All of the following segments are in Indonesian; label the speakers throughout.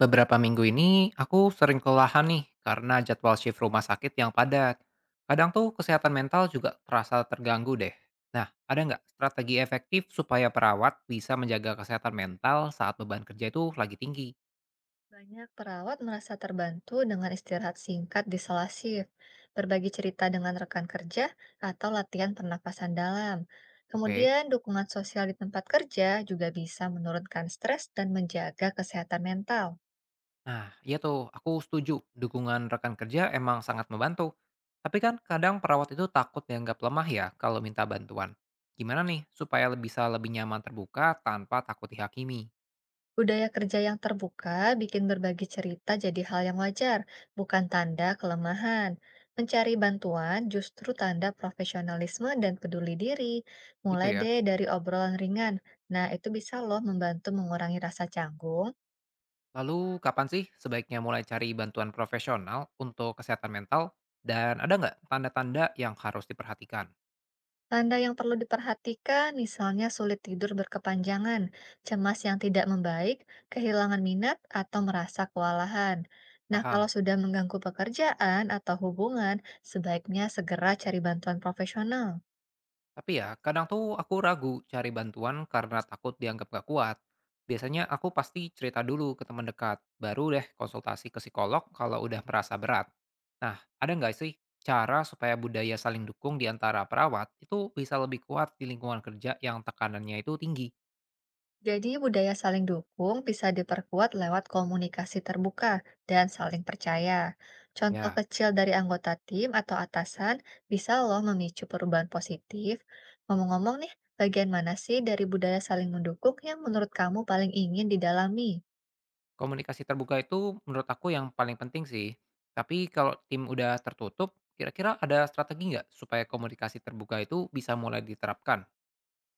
Speaker 1: Beberapa minggu ini aku sering kelelahan nih karena jadwal shift rumah sakit yang padat. Kadang tuh kesehatan mental juga terasa terganggu deh. Nah, ada nggak strategi efektif supaya perawat bisa menjaga kesehatan mental saat beban kerja itu lagi tinggi?
Speaker 2: Banyak perawat merasa terbantu dengan istirahat singkat di sela shift, berbagi cerita dengan rekan kerja, atau latihan pernapasan dalam.
Speaker 1: Oke.
Speaker 2: Kemudian, dukungan sosial di tempat kerja juga bisa menurunkan stres dan menjaga kesehatan mental.
Speaker 1: Nah, iya tuh, aku setuju. Dukungan rekan kerja emang sangat membantu. Tapi kan kadang perawat itu takut dianggap lemah ya kalau minta bantuan. Gimana nih supaya bisa lebih nyaman terbuka tanpa takut dihakimi?
Speaker 2: Budaya kerja yang terbuka bikin berbagi cerita jadi hal yang wajar, bukan tanda kelemahan. Mencari bantuan justru tanda profesionalisme dan peduli diri.
Speaker 1: Gitu
Speaker 2: Mulai
Speaker 1: ya.
Speaker 2: deh dari obrolan ringan. Nah, itu bisa loh membantu mengurangi rasa canggung.
Speaker 1: Lalu kapan sih sebaiknya mulai cari bantuan profesional untuk kesehatan mental? Dan ada nggak tanda-tanda yang harus diperhatikan?
Speaker 2: Tanda yang perlu diperhatikan, misalnya sulit tidur berkepanjangan, cemas yang tidak membaik, kehilangan minat, atau merasa kewalahan. Nah, kalau
Speaker 1: Paham.
Speaker 2: sudah mengganggu pekerjaan atau hubungan, sebaiknya segera cari bantuan profesional.
Speaker 1: Tapi ya, kadang tuh aku ragu cari bantuan karena takut dianggap gak kuat. Biasanya aku pasti cerita dulu ke teman dekat, baru deh konsultasi ke psikolog kalau udah merasa berat. Nah, ada nggak sih cara supaya budaya saling dukung di antara perawat itu bisa lebih kuat di lingkungan kerja yang tekanannya itu tinggi?
Speaker 2: Jadi budaya saling dukung bisa diperkuat lewat komunikasi terbuka dan saling percaya. Contoh
Speaker 1: Ya.
Speaker 2: kecil dari anggota tim atau atasan bisa loh memicu perubahan positif. Ngomong-ngomong nih, bagian mana sih dari budaya saling mendukung yang menurut kamu paling ingin didalami?
Speaker 1: Komunikasi terbuka itu menurut aku yang paling penting sih. Tapi kalau tim udah tertutup, kira-kira ada strategi nggak supaya komunikasi terbuka itu bisa mulai diterapkan?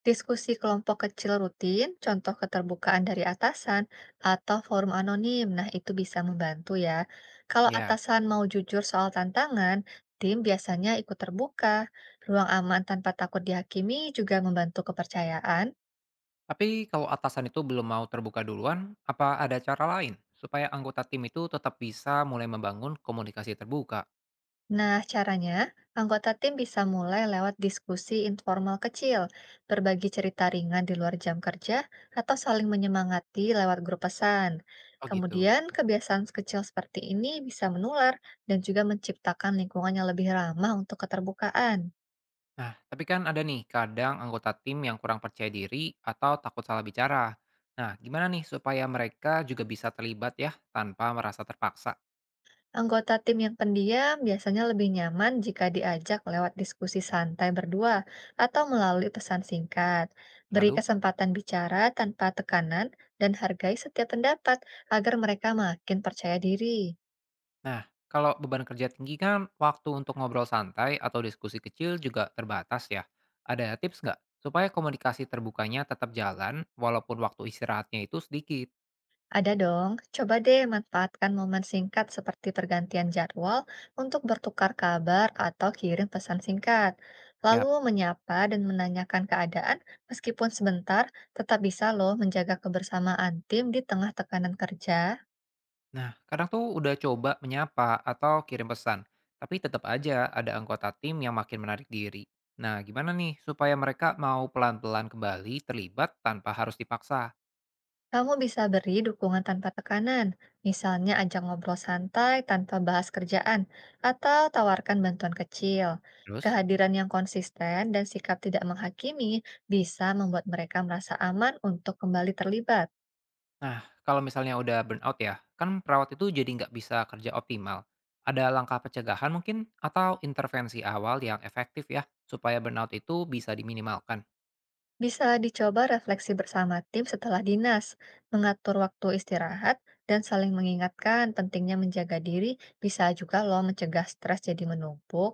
Speaker 2: Diskusi kelompok kecil rutin, contoh keterbukaan dari atasan, atau forum anonim. Nah, itu bisa membantu ya. Kalau
Speaker 1: Ya,
Speaker 2: atasan mau jujur soal tantangan, tim biasanya ikut terbuka. Ruang aman tanpa takut dihakimi juga membantu kepercayaan.
Speaker 1: tapi kalau atasan itu belum mau terbuka duluan, apa ada cara lain supaya anggota tim itu tetap bisa mulai membangun komunikasi terbuka?
Speaker 2: Nah, caranya, anggota tim bisa mulai lewat diskusi informal kecil, berbagi cerita ringan di luar jam kerja, atau saling menyemangati lewat grup pesan.
Speaker 1: Oh gitu.
Speaker 2: Kemudian, kebiasaan kecil seperti ini bisa menular dan juga menciptakan lingkungan yang lebih ramah untuk keterbukaan.
Speaker 1: Nah, tapi kan ada nih kadang anggota tim yang kurang percaya diri atau takut salah bicara. Nah, gimana nih supaya mereka juga bisa terlibat ya tanpa merasa terpaksa?
Speaker 2: Anggota tim yang pendiam biasanya lebih nyaman jika diajak lewat diskusi santai berdua atau melalui pesan singkat. Beri
Speaker 1: Lalu.
Speaker 2: kesempatan bicara tanpa tekanan dan hargai setiap pendapat agar mereka makin percaya diri.
Speaker 1: Nah, kalau beban kerja tinggi kan, waktu untuk ngobrol santai atau diskusi kecil juga terbatas ya. Ada tips nggak supaya komunikasi terbukanya tetap jalan walaupun waktu istirahatnya itu sedikit?
Speaker 2: Ada dong, coba deh manfaatkan momen singkat seperti pergantian jadwal untuk bertukar kabar atau kirim pesan singkat. Lalu
Speaker 1: Yap.
Speaker 2: menyapa dan menanyakan keadaan meskipun sebentar, tetap bisa loh menjaga kebersamaan tim di tengah tekanan kerja.
Speaker 1: Nah, kadang tuh udah coba menyapa atau kirim pesan, tapi tetap aja ada anggota tim yang makin menarik diri. Nah, gimana nih supaya mereka mau pelan-pelan kembali terlibat tanpa harus dipaksa?
Speaker 2: Kamu bisa beri dukungan tanpa tekanan, misalnya ajak ngobrol santai tanpa bahas kerjaan, atau tawarkan bantuan kecil.
Speaker 1: Terus?
Speaker 2: Kehadiran yang konsisten dan sikap tidak menghakimi bisa membuat mereka merasa aman untuk kembali terlibat.
Speaker 1: Nah, kalau misalnya udah burnout ya, kan perawat itu jadi nggak bisa kerja optimal. Ada langkah pencegahan mungkin atau intervensi awal yang efektif ya, supaya burnout itu bisa diminimalkan.
Speaker 2: Bisa dicoba refleksi bersama tim setelah dinas, mengatur waktu istirahat, dan saling mengingatkan pentingnya menjaga diri bisa juga loh mencegah stres jadi menumpuk.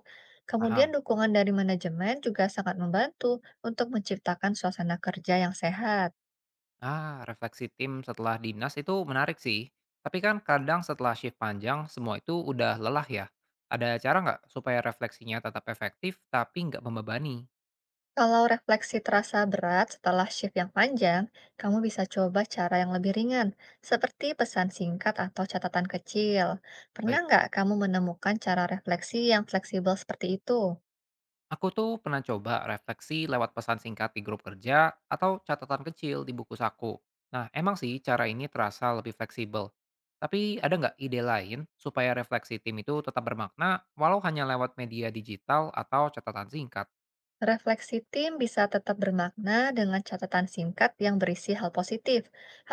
Speaker 2: Kemudian
Speaker 1: Paham?
Speaker 2: dukungan dari manajemen juga sangat membantu untuk menciptakan suasana kerja yang sehat.
Speaker 1: Ah, refleksi tim setelah dinas itu menarik sih. Tapi kan kadang setelah shift panjang, semua itu udah lelah ya. Ada cara nggak supaya refleksinya tetap efektif tapi nggak membebani?
Speaker 2: Kalau refleksi terasa berat setelah shift yang panjang, kamu bisa coba cara yang lebih ringan, seperti pesan singkat atau catatan kecil. Pernah
Speaker 1: Baik.
Speaker 2: nggak kamu menemukan cara refleksi yang fleksibel seperti itu?
Speaker 1: Aku tuh pernah coba refleksi lewat pesan singkat di grup kerja atau catatan kecil di buku saku. Nah, emang sih cara ini terasa lebih fleksibel. Tapi ada nggak ide lain supaya refleksi tim itu tetap bermakna walau hanya lewat media digital atau catatan singkat
Speaker 2: Refleksi tim bisa tetap bermakna dengan catatan singkat yang berisi hal positif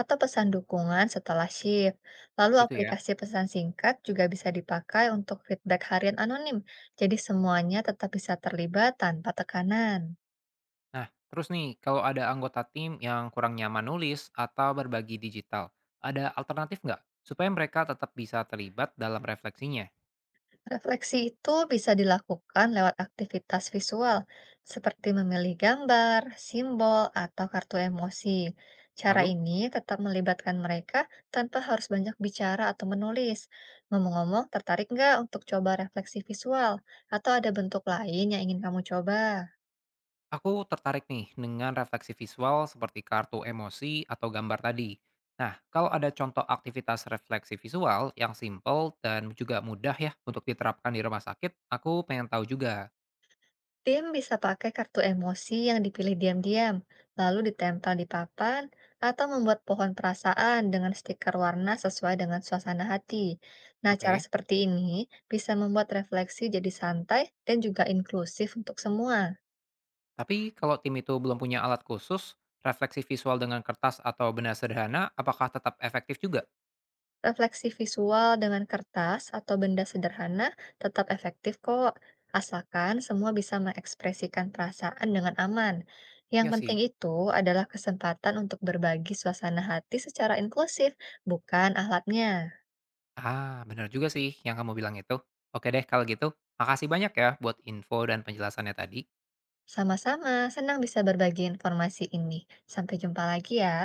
Speaker 2: atau pesan dukungan setelah shift. Lalu
Speaker 1: gitu ya?
Speaker 2: aplikasi pesan singkat juga bisa dipakai untuk feedback harian anonim, jadi semuanya tetap bisa terlibat tanpa tekanan.
Speaker 1: Nah, terus nih kalau ada anggota tim yang kurang nyaman nulis atau berbagi digital, ada alternatif nggak supaya mereka tetap bisa terlibat dalam refleksinya?
Speaker 2: Refleksi itu bisa dilakukan lewat aktivitas visual, seperti memilih gambar, simbol, atau kartu emosi. Cara
Speaker 1: Lalu.
Speaker 2: ini tetap melibatkan mereka tanpa harus banyak bicara atau menulis. Ngomong-ngomong, tertarik nggak untuk coba refleksi visual? Atau ada bentuk lain yang ingin kamu coba?
Speaker 1: Aku tertarik nih dengan refleksi visual seperti kartu emosi atau gambar tadi. Nah, kalau ada contoh aktivitas refleksi visual yang simple dan juga mudah ya untuk diterapkan di rumah sakit, aku pengen tahu juga.
Speaker 2: Tim bisa pakai kartu emosi yang dipilih diam-diam, lalu ditempel di papan, atau membuat pohon perasaan dengan stiker warna sesuai dengan suasana hati. Nah, cara
Speaker 1: Oke,
Speaker 2: seperti ini bisa membuat refleksi jadi santai dan juga inklusif untuk semua.
Speaker 1: tapi kalau tim itu belum punya alat khusus, refleksi visual dengan kertas atau benda sederhana apakah tetap efektif juga?
Speaker 2: Refleksi visual dengan kertas atau benda sederhana tetap efektif kok, asalkan semua bisa mengekspresikan perasaan dengan aman. Yang
Speaker 1: Ya
Speaker 2: penting
Speaker 1: sih.
Speaker 2: itu adalah kesempatan untuk berbagi suasana hati secara inklusif, bukan ahlaknya.
Speaker 1: Ah, benar juga sih yang kamu bilang itu. Oke deh kalau gitu, makasih banyak ya buat info dan penjelasannya tadi.
Speaker 2: Sama-sama, senang bisa berbagi informasi ini. Sampai jumpa lagi ya.